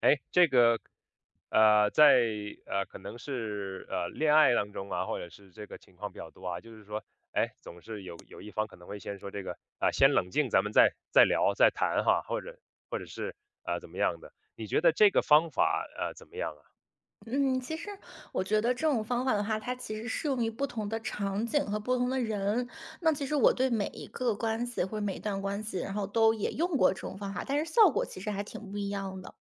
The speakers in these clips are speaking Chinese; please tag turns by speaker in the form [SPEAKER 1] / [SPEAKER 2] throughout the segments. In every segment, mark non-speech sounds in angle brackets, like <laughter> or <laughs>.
[SPEAKER 1] 哎，这个，在可能是恋爱当中啊，或者是这个情况比较多啊，就是说，哎，总是有一方可能会先说这个啊、先冷静，咱们再聊再谈哈，或者或者是怎么样的？你觉得这个方法怎么样啊？
[SPEAKER 2] 嗯，其实我觉得这种方法的话，它其实适用于不同的场景和不同的人。那其实我对每一个关系或者每一段关系，然后都也用过这种方法，但是效果其实还挺不一样的。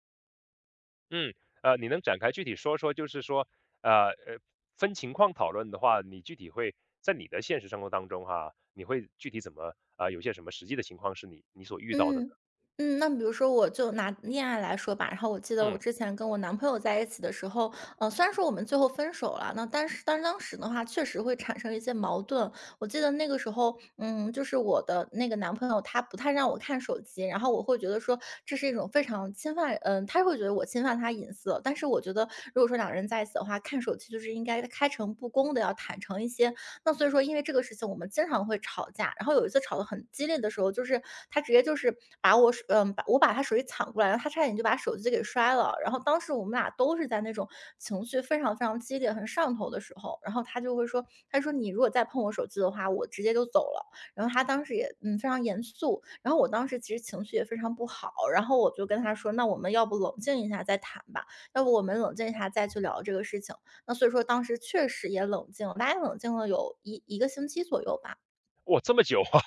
[SPEAKER 1] 嗯，你能展开具体说说，就是说，呃呃，分情况讨论的话，你具体会在你的现实生活当中哈、你会具体怎么啊、有些什么实际的情况是你所遇到的呢？
[SPEAKER 2] 嗯，那比如说我就拿恋爱来说吧，然后我记得我
[SPEAKER 1] 嗯，
[SPEAKER 2] 之前跟我男朋友在一起的时候，虽然说我们最后分手了，那但当时的话确实会产生一些矛盾。我记得那个时候，就是我的那个男朋友他不太让我看手机，然后我会觉得说这是一种非常侵犯。嗯，他会觉得我侵犯他隐私了，但是我觉得如果说两个人在一起的话，看手机就是应该开诚布公的，要坦诚一些。那所以说因为这个事情我们经常会吵架，然后有一次吵得很激烈的时候，就是他直接就是把我手嗯，把我把他手机抢过来，然后他差点就把手机给摔了。然后当时我们俩都是在那种情绪非常非常激烈、很上头的时候，然后他就会说，他说："你如果再碰我手机的话，我直接就走了。"然后他当时也，非常严肃，然后我当时其实情绪也非常不好，然后我就跟他说："那我们要不冷静一下再谈吧，要不我们冷静一下再去聊这个事情。"那所以说当时确实也冷静了，大概冷静了有一个星期左右吧。
[SPEAKER 1] 哇，这么久啊！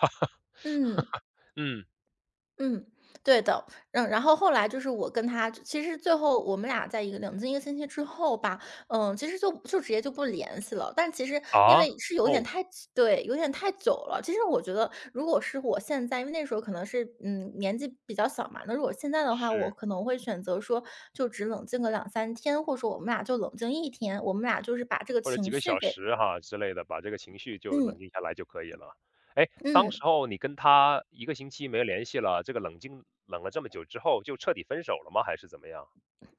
[SPEAKER 2] 嗯，
[SPEAKER 1] 嗯，
[SPEAKER 2] 嗯，对的。然后后来就是我跟他其实最后我们俩在一个冷静一个星期之后吧，嗯，其实就直接就不联系了。但其实因
[SPEAKER 1] 啊？
[SPEAKER 2] 为是有点
[SPEAKER 1] 哦，
[SPEAKER 2] 太，对，有点太久了。其实我觉得如果是我现在因为那时候可能是，年纪比较小嘛，那如果现在的话，我
[SPEAKER 1] 是，
[SPEAKER 2] 可能会选择说就只冷静个两三天，或者说我们俩就冷静一天，我们俩就是把这个
[SPEAKER 1] 或者
[SPEAKER 2] 情
[SPEAKER 1] 几个
[SPEAKER 2] 绪
[SPEAKER 1] 小
[SPEAKER 2] 给
[SPEAKER 1] 时哈之类的，把这个情绪就
[SPEAKER 2] 嗯，
[SPEAKER 1] 冷静下来就可以了。哎，当
[SPEAKER 2] 嗯。
[SPEAKER 1] 时候你跟他1个星期没联系了，这个冷静冷了这么久之后，就彻底分手了吗？还是怎么样？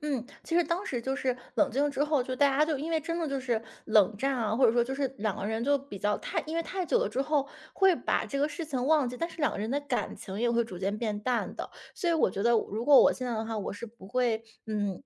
[SPEAKER 2] 嗯，其实当时就是冷静之后，就大家就因为真的就是冷战啊，或者说就是两个人就比较太，因为太久了之后会把这个事情忘记，但是两个人的感情也会逐渐变淡的。所以我觉得，如果我现在的话，我是不会，嗯。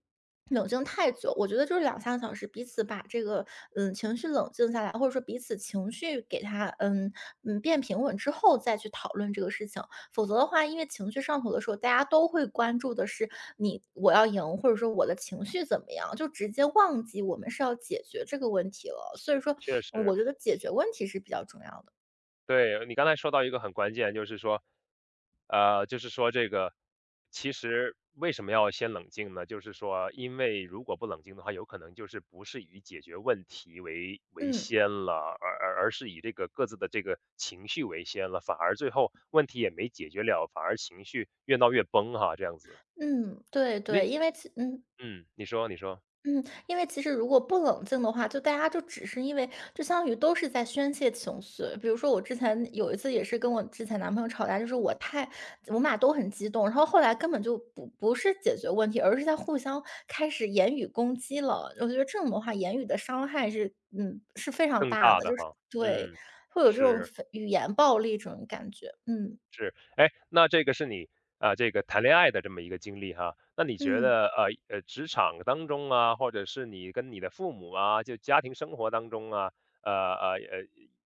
[SPEAKER 2] 冷静太久，我觉得就是两三个小时，彼此把这个情绪冷静下来，或者说彼此情绪给他变平稳之后，再去讨论这个事情。否则的话，因为情绪上头的时候，大家都会关注的是你我要赢，或者说我的情绪怎么样，就直接忘记我们是要解决这个问题了。所以说，
[SPEAKER 1] 确实。
[SPEAKER 2] 我觉得解决问题是比较重要的。
[SPEAKER 1] 对，你刚才说到一个很关键，就是说，就是说这个，其实为什么要先冷静呢？就是说，因为如果不冷静的话，有可能就是不是以解决问题为
[SPEAKER 2] 嗯
[SPEAKER 1] 先了，而是以这个各自的这个情绪为先了，反而最后问题也没解决了，反而情绪越闹越崩哈，这样子。
[SPEAKER 2] 嗯，对对，
[SPEAKER 1] 你
[SPEAKER 2] 因为其嗯。
[SPEAKER 1] 嗯，你说，
[SPEAKER 2] 嗯，因为其实如果不冷静的话，就大家就只是因为就相当于都是在宣泄情绪。比如说我之前有一次也是跟我之前男朋友吵架，我们俩都很激动，然后后来根本就不是解决问题，而是在互相开始言语攻击了。我觉得这种的话，言语的伤害是是非常
[SPEAKER 1] 更
[SPEAKER 2] 大
[SPEAKER 1] 大
[SPEAKER 2] 的，
[SPEAKER 1] 的
[SPEAKER 2] 就是
[SPEAKER 1] 哈，
[SPEAKER 2] 对
[SPEAKER 1] 嗯，
[SPEAKER 2] 会有这种
[SPEAKER 1] 是。
[SPEAKER 2] 非语言暴力这种感觉。嗯
[SPEAKER 1] 是，哎，那这个是你啊、这个谈恋爱的这么一个经历哈。那你觉
[SPEAKER 2] 嗯。
[SPEAKER 1] 得职场当中啊，或者是你跟你的父母啊，就家庭生活当中啊，呃呃呃，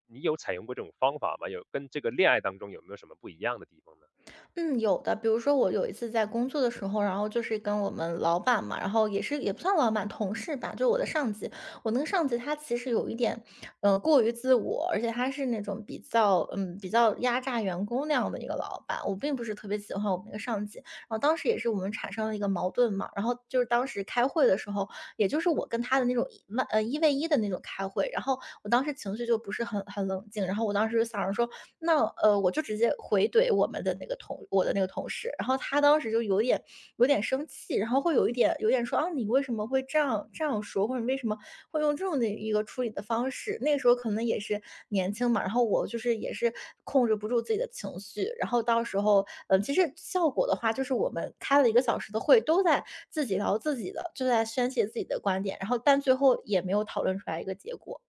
[SPEAKER 1] 你有采用过这种方法吗？有跟这个恋爱当中有没有什么不一样的地方呢？
[SPEAKER 2] 嗯，有的。比如说我有一次在工作的时候，然后就是跟我们老板嘛，然后也是也不算老板，同事吧，就我的上级。我那个上级他其实有一点，过于自我，而且他是那种比较压榨员工那样的一个老板。我并不是特别喜欢我们那个上级。然后当时也是我们产生了一个矛盾嘛，然后就是当时开会的时候，也就是我跟他的那种1v1的那种开会，然后我当时情绪就不是很冷静，然后我当时就想着说，那我就直接回怼我的那个同事，然后他当时就有点生气，然后会有点说啊，你为什么会这样说，或者你为什么会用这种的一个处理的方式？那个时候可能也是年轻嘛，然后我就是也是控制不住自己的情绪，然后到时候其实效果的话，就是我们开了1个小时的会，都在自己聊自己的，就在宣泄自己的观点，然后但最后也没有讨论出来一个结果。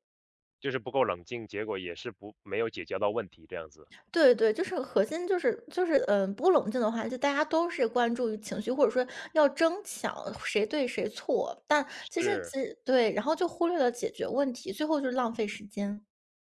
[SPEAKER 1] 就是不够冷静，结果也是不没有解决到问题这样子。
[SPEAKER 2] 对对，就是核心就是不冷静的话，就大家都是关注于情绪，或者说要争抢谁对谁错，但其实其
[SPEAKER 1] 是，
[SPEAKER 2] 实对，然后就忽略了解决问题，最后就是浪费时间。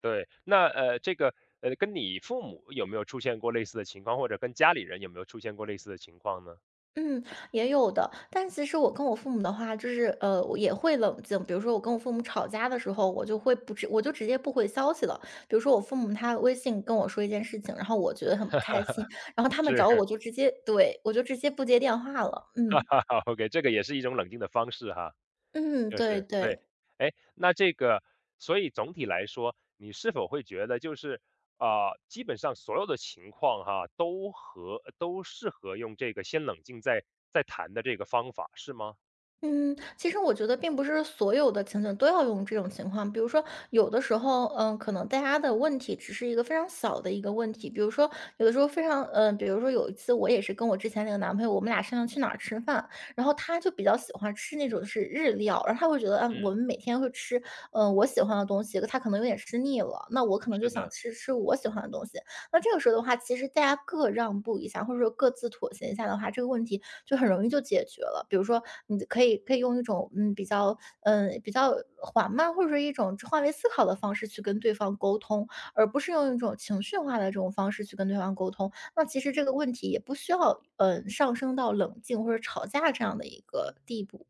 [SPEAKER 1] 对。那这个跟你父母有没有出现过类似的情况，或者跟家里人有没有出现过类似的情况呢？
[SPEAKER 2] 嗯，也有的，但其实我跟我父母的话，就是我也会冷静。比如说我跟我父母吵架的时候，我就直接不回消息了。比如说我父母他微信跟我说一件事情，然后我觉得很不开心，然后他
[SPEAKER 1] <laughs>
[SPEAKER 2] 们
[SPEAKER 1] 是，
[SPEAKER 2] 找我，我就直接对我就直接不接电话了。嗯
[SPEAKER 1] <laughs> 哈哈 OK，这个也是一种冷静的方式哈，
[SPEAKER 2] 嗯，
[SPEAKER 1] 就
[SPEAKER 2] 对
[SPEAKER 1] 是对。
[SPEAKER 2] 对。
[SPEAKER 1] 哎，那这个所以总体来说，你是否会觉得就是，啊，基本上所有的情况哈，都适合用这个先冷静再谈的这个方法，是吗？
[SPEAKER 2] 嗯，其实我觉得并不是所有的情景都要用这种情况，比如说有的时候，可能大家的问题只是一个非常小的一个问题，比如说有的时候非常，比如说有一次我也是跟我之前那个男朋友，我们俩商量去哪儿吃饭，然后他就比较喜欢吃那种是日料，然后他会觉得，我
[SPEAKER 1] 嗯，
[SPEAKER 2] 们每天会吃，我喜欢的东西，他可能有点吃腻了，那我可能就
[SPEAKER 1] 是
[SPEAKER 2] 想
[SPEAKER 1] 的。
[SPEAKER 2] 吃吃我喜欢的东西，那这个时候的话，其实大家各让步一下，或者说各自妥协一下的话，这个问题就很容易就解决了。比如说，你可以用一种比较缓慢，或者是一种换位思考的方式去跟对方沟通，而不是用一种情绪化的这种方式去跟对方沟通。那其实这个问题也不需要上升到冷静或者吵架这样的一个地步。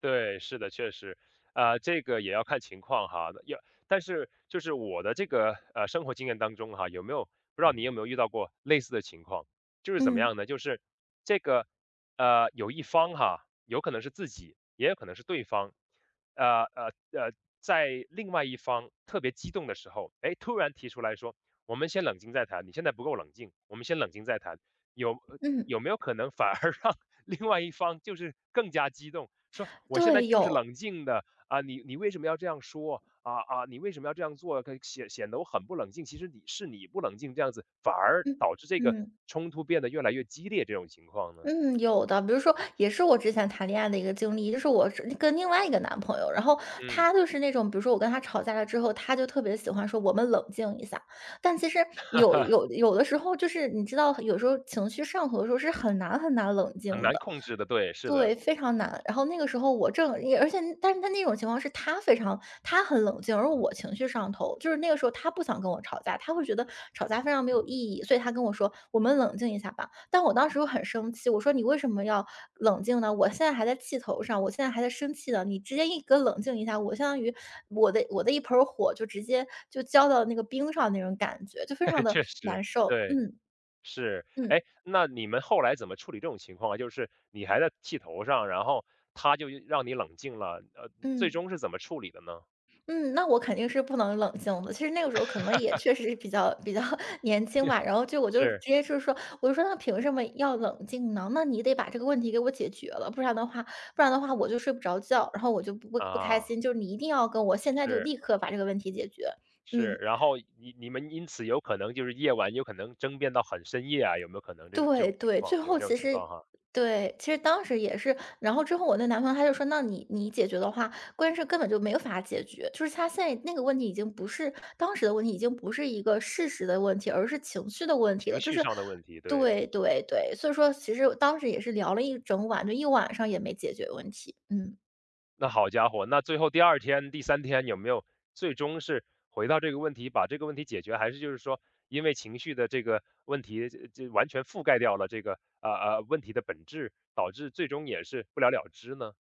[SPEAKER 1] 对，是的，确实，这个也要看情况哈。要，但是就是我的这个生活经验当中哈，有没有不知道你有没有遇到过类似的情况？就是怎么
[SPEAKER 2] 嗯
[SPEAKER 1] 样呢？就是这个有一方哈，有可能是自己，也有可能是对方，呃呃呃，在另外一方特别激动的时候，哎，突然提出来说，我们先冷静再谈，你现在不够冷静，我们先冷静再谈，有呃
[SPEAKER 2] 嗯，
[SPEAKER 1] 有没有可能反而 <laughs> 让另外一方就是更加激动，说我现在
[SPEAKER 2] 对，
[SPEAKER 1] 就是
[SPEAKER 2] 有，
[SPEAKER 1] 冷静的啊，你为什么要这样说啊？你为什么要这样做？可显得我很不冷静，其实你是你不冷静这样子，反而
[SPEAKER 2] 嗯
[SPEAKER 1] 导致这个
[SPEAKER 2] 嗯。
[SPEAKER 1] 冲突变得越来越激烈，这种情况呢，
[SPEAKER 2] 嗯，有的，比如说，也是我之前谈恋爱的一个经历，就是我是跟另外一个男朋友，然后
[SPEAKER 1] 嗯，
[SPEAKER 2] 他就是那种，比如说我跟他吵架了之后，他就特别喜欢说我们冷静一下，但其实有有
[SPEAKER 1] <laughs>
[SPEAKER 2] 有的时候，就是你知道，有时候情绪上头的时候是很难很难冷静
[SPEAKER 1] 很难
[SPEAKER 2] 的，
[SPEAKER 1] 控制的，对，是
[SPEAKER 2] 对，
[SPEAKER 1] 的，
[SPEAKER 2] 非常难。然后那个时候我正也而且但是他那种情况是他非常他很冷静，而我情绪上头。就是那个时候他不想跟我吵架，他会觉得吵架非常没有意义，所以他跟我说："我们冷静一下吧。"但我当时又很生气，我说："你为什么要冷静呢？我现在还在气头上，我现在还在生气呢，你直接一个冷静一下，我相当于我的一盆火就直接就浇到那个冰上那种感觉，就非常
[SPEAKER 1] <laughs>
[SPEAKER 2] 的
[SPEAKER 1] 确实，
[SPEAKER 2] 难受。
[SPEAKER 1] 对，
[SPEAKER 2] 嗯，
[SPEAKER 1] 是，
[SPEAKER 2] 嗯，
[SPEAKER 1] 哎，那你们后来怎么处理这种情况啊？就是你还在气头上，然后他就让你冷静了，最
[SPEAKER 2] 嗯。
[SPEAKER 1] 终是怎么处理的呢？
[SPEAKER 2] 嗯，那我肯定是不能冷静的。其实那个时候可能也确实是比较 <laughs> 年轻吧，然后就我就直
[SPEAKER 1] 是
[SPEAKER 2] 接就是说，我就说那凭什么要冷静呢？那你得把这个问题给我解决了，不然的话，我就睡不着觉，然后我就不不不开
[SPEAKER 1] 啊，
[SPEAKER 2] 心。就是你一定要跟我现在就
[SPEAKER 1] 是。
[SPEAKER 2] 立刻把这个问题解决。
[SPEAKER 1] 是，
[SPEAKER 2] 嗯。
[SPEAKER 1] 然后你你们因此有可能就是夜晚有可能争辩到很深夜啊，有没有可能这种这
[SPEAKER 2] 对
[SPEAKER 1] 种情
[SPEAKER 2] 对，
[SPEAKER 1] 况？
[SPEAKER 2] 最
[SPEAKER 1] 有
[SPEAKER 2] 后
[SPEAKER 1] 这种
[SPEAKER 2] 其
[SPEAKER 1] 情
[SPEAKER 2] 实
[SPEAKER 1] 况哈，
[SPEAKER 2] 对，其实当时也是，然后之后我那男朋友他就说：“那你解决的话，关键是根本就没有法解决，就是他现在那个问题已经不是当时的问题，已经不是一个事实的问题，而是情绪的问题了。”
[SPEAKER 1] 情
[SPEAKER 2] 就
[SPEAKER 1] 绪
[SPEAKER 2] 是
[SPEAKER 1] 上的问题，对。
[SPEAKER 2] 对对对，所以说其实当时也是聊了一整晚，就一晚上也没解决问题。嗯。
[SPEAKER 1] 那好家伙，那最后第二天、第三天有没有最终是回到这个问题，把这个问题解决，还是就是说因为情绪的这个问题，这完全覆盖掉了这个，问题的本质，导致最终也是不了了之呢？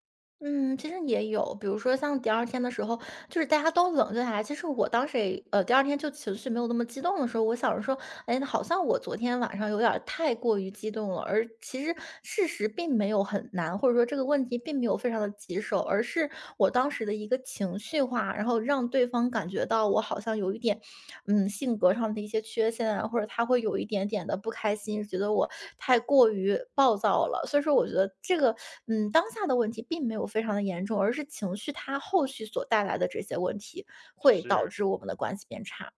[SPEAKER 2] 嗯，其实也有，比如说像第二天的时候，就是大家都冷静下来。其实我当时也，第二天就情绪没有那么激动的时候，我想着说，哎，好像我昨天晚上有点儿太过于激动了，而其实事实并没有很难，或者说这个问题并没有非常的棘手，而是我当时的一个情绪化，然后让对方感觉到我好像有一点，嗯，性格上的一些缺陷啊，或者他会有一点点的不开心，觉得我太过于暴躁了。所以说，我觉得这个，嗯，当下的问题并没有非常的严重，而是情绪它后续所带来的这些问题，会导
[SPEAKER 1] 是。
[SPEAKER 2] 致我们的关系变差。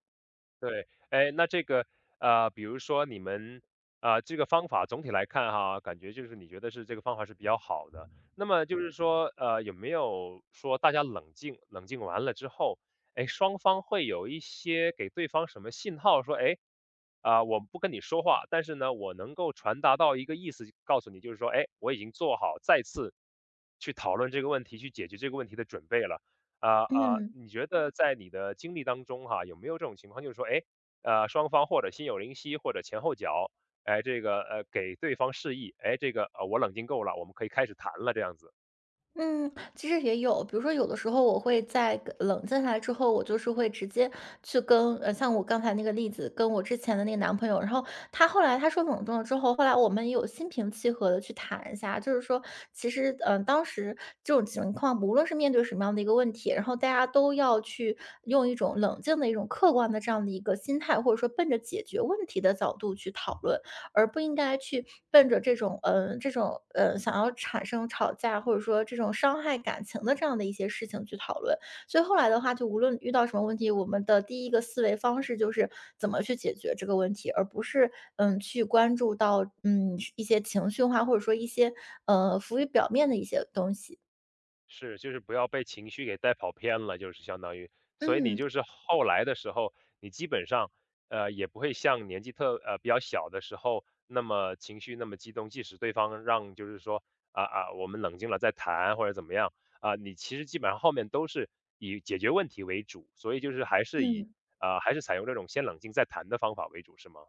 [SPEAKER 1] 对，哎，那这个，比如说你们，这个方法总体来看哈，感觉就是你觉得是这个方法是比较好的。那么就是说，有没有说大家冷静冷静完了之后，哎，双方会有一些给对方什么信号说，哎，啊、我不跟你说话，但是呢，我能够传达到一个意思，告诉你就是说，哎，我已经做好再次去讨论这个问题、去解决这个问题的准备了。啊啊，
[SPEAKER 2] 嗯。
[SPEAKER 1] 你觉得在你的经历当中哈，有没有这种情况，就是说，哎，双方或者心有灵犀，或者前后脚，哎，这个,给对方示意，哎，这个,我冷静够了，我们可以开始谈了，这样子。
[SPEAKER 2] 嗯，其实也有，比如说有的时候我会在跟冷静下来之后，我就是会直接去跟，像我刚才那个例子，跟我之前的那个男朋友，然后他后来他说冷静了之后，后来我们也有心平气和的去谈一下，就是说其实，当时这种情况，无论是面对什么样的一个问题，然后大家都要去用一种冷静的一种客观的这样的一个心态，或者说奔着解决问题的角度去讨论，而不应该去奔着这种，想要产生吵架，或者说这种伤害感情的这样的一些事情去讨论。所以后来的话，就无论遇到什么问题，我们的第一个思维方式就是怎么去解决这个问题，而不是，嗯，去关注到，嗯，一些情绪化，或者说一些，浮于表面的一些东西。
[SPEAKER 1] 是，就是不要被情绪给带跑偏了，就是相当于，所以你
[SPEAKER 2] 嗯，
[SPEAKER 1] 就是后来的时候，你基本上，也不会像年纪比较小的时候那么情绪那么激动，即使对方让就是说啊啊，我们冷静了再谈或者怎么样啊，你其实基本上后面都是以解决问题为主，所以就是还是以
[SPEAKER 2] 嗯。
[SPEAKER 1] 啊、还是采用这种先冷静再谈的方法为主，是吗？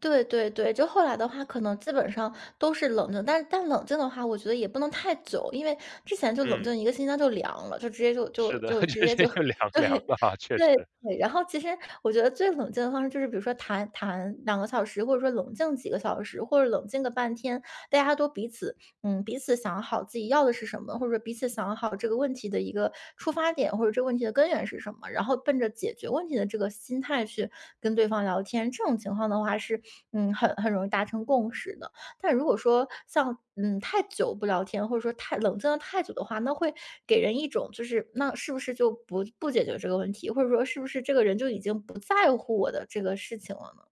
[SPEAKER 2] 对对对，就后来的话，可能基本上都是冷静，但是但冷静的话，我觉得也不能太久，因为之前就冷
[SPEAKER 1] 嗯，
[SPEAKER 2] 静一个星期，它就凉了，就直接就
[SPEAKER 1] 是
[SPEAKER 2] 就
[SPEAKER 1] 的，
[SPEAKER 2] 就
[SPEAKER 1] <laughs>
[SPEAKER 2] 直
[SPEAKER 1] 这
[SPEAKER 2] 接
[SPEAKER 1] 这
[SPEAKER 2] 就
[SPEAKER 1] 就凉
[SPEAKER 2] <laughs> 对
[SPEAKER 1] 凉了啊，确实。
[SPEAKER 2] 对对。然后其实我觉得最冷静的方式就是，比如说谈谈两个小时，或者说冷静几个小时，或者冷静个半天，大家都彼此嗯，彼此想好自己要的是什么，或者说彼此想好这个问题的一个出发点，或者这个问题的根源是什么，然后奔着解决问题的这个心态去跟对方聊天，这种情况的话是，嗯，很容易达成共识的。但如果说像嗯太久不聊天，或者说太冷静的太久的话，那会给人一种就是那是不是就不解决这个问题，或者说是不是这个人就已经不在乎我的这个事情了？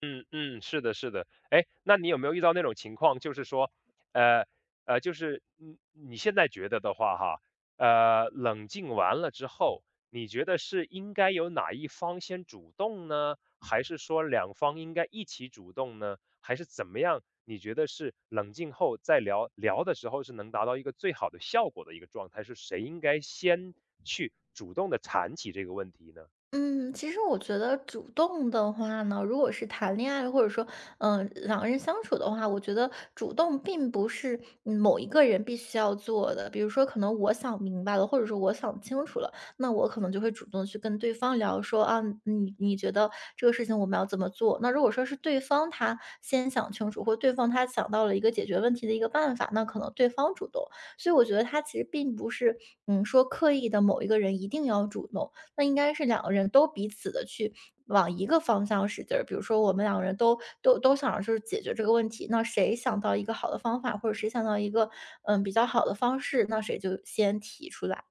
[SPEAKER 1] 嗯嗯，是的，是的。哎，那你有没有遇到那种情况，就是说，呃就是嗯，你现在觉得的话，哈，冷静完了之后，你觉得是应该由哪一方先主动呢？还是说两方应该一起主动呢？还是怎么样？你觉得是冷静后再聊聊的时候是能达到一个最好的效果的一个状态，是谁应该先去主动的谈起这个问题呢？
[SPEAKER 2] 嗯，其实我觉得主动的话呢，如果是谈恋爱或者说，两个人相处的话，我觉得主动并不是嗯某一个人必须要做的。比如说，可能我想明白了，或者说我想清楚了，那我可能就会主动去跟对方聊说啊，你觉得这个事情我们要怎么做？那如果说是对方他先想清楚，或对方他想到了一个解决问题的一个办法，那可能对方主动。所以我觉得他其实并不是，嗯，说刻意的某一个人一定要主动。那应该是两个人都彼此的去往一个方向使劲儿，比如说我们两个人都想着就是解决这个问题，那谁想到一个好的方法，或者谁想到一个，嗯，比较好的方式，那谁就先提出来。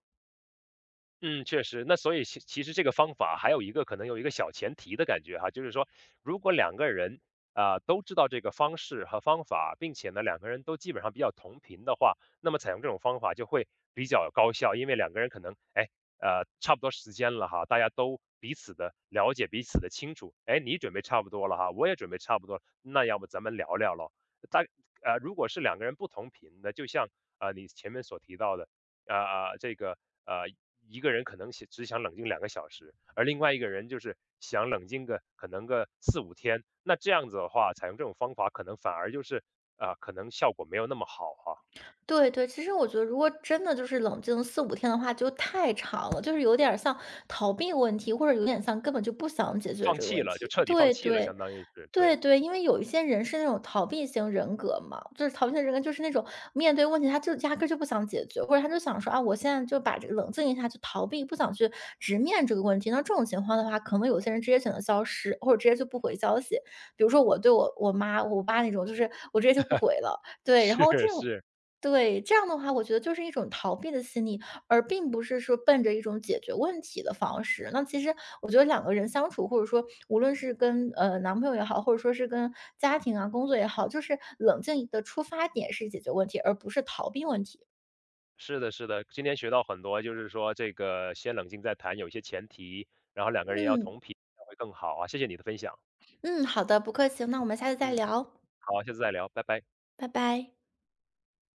[SPEAKER 1] 嗯，确实。那所以其实这个方法还有一个可能有一个小前提的感觉哈，就是说如果两个人啊、都知道这个方式和方法，并且呢两个人都基本上比较同频的话，那么采用这种方法就会比较高效，因为两个人可能哎差不多时间了哈，大家都彼此的了解彼此的清楚，哎你准备差不多了哈，我也准备差不多了，那要不咱们聊聊咯。大如果是两个人不同频的，就像你前面所提到的。啊啊，这个呃，一个人可能想只想冷静2个小时，而另外一个人就是想冷静个可能个4、5天。那这样子的话，采用这种方法可能反而就是啊、可能效果没有那么好哈、
[SPEAKER 2] 对对，其实我觉得如果真的就是冷静四五天的话，就太长了，就是有点儿像逃避问题，或者有点像根本就不想解决
[SPEAKER 1] 放
[SPEAKER 2] 这个
[SPEAKER 1] 弃
[SPEAKER 2] 问
[SPEAKER 1] 了就
[SPEAKER 2] 题。
[SPEAKER 1] 彻底放
[SPEAKER 2] 对
[SPEAKER 1] 弃了，
[SPEAKER 2] 对。
[SPEAKER 1] 相当于是
[SPEAKER 2] 对
[SPEAKER 1] 对，
[SPEAKER 2] 对，因为有一些人是那种逃避型人格嘛，就是逃避型人格就是那种面对问题，他就压根儿就不想解决，或者他就想说啊，我现在就把这个冷静一下，就逃避，不想去直面这个问题。那这种情况的话，可能有些人直接选择消失，或者直接就不回消息。比如说我对我妈、我爸那种，就是我直接就不回了。
[SPEAKER 1] <laughs>
[SPEAKER 2] 对，然
[SPEAKER 1] 是
[SPEAKER 2] 后这种
[SPEAKER 1] 是
[SPEAKER 2] 对，这样的话，我觉得就是一种逃避的心理。而并不是说奔着一种解决问题的方式。那其实我觉得两个人相处，或者说无论是跟男朋友也好，或者说是跟家庭啊、工作也好，就是冷静的出发点是解决问题，而不是逃避问题。
[SPEAKER 1] 是的，是的。今天学到很多，就是说这个先冷静再谈，有一些前提，然后两个人要
[SPEAKER 2] 嗯
[SPEAKER 1] 同频，这会更好啊。谢谢你的分享，
[SPEAKER 2] 嗯，好的，不客气，那我们下次再
[SPEAKER 1] 嗯，
[SPEAKER 2] 聊，
[SPEAKER 1] 好，下次再聊，拜拜。
[SPEAKER 2] 拜拜。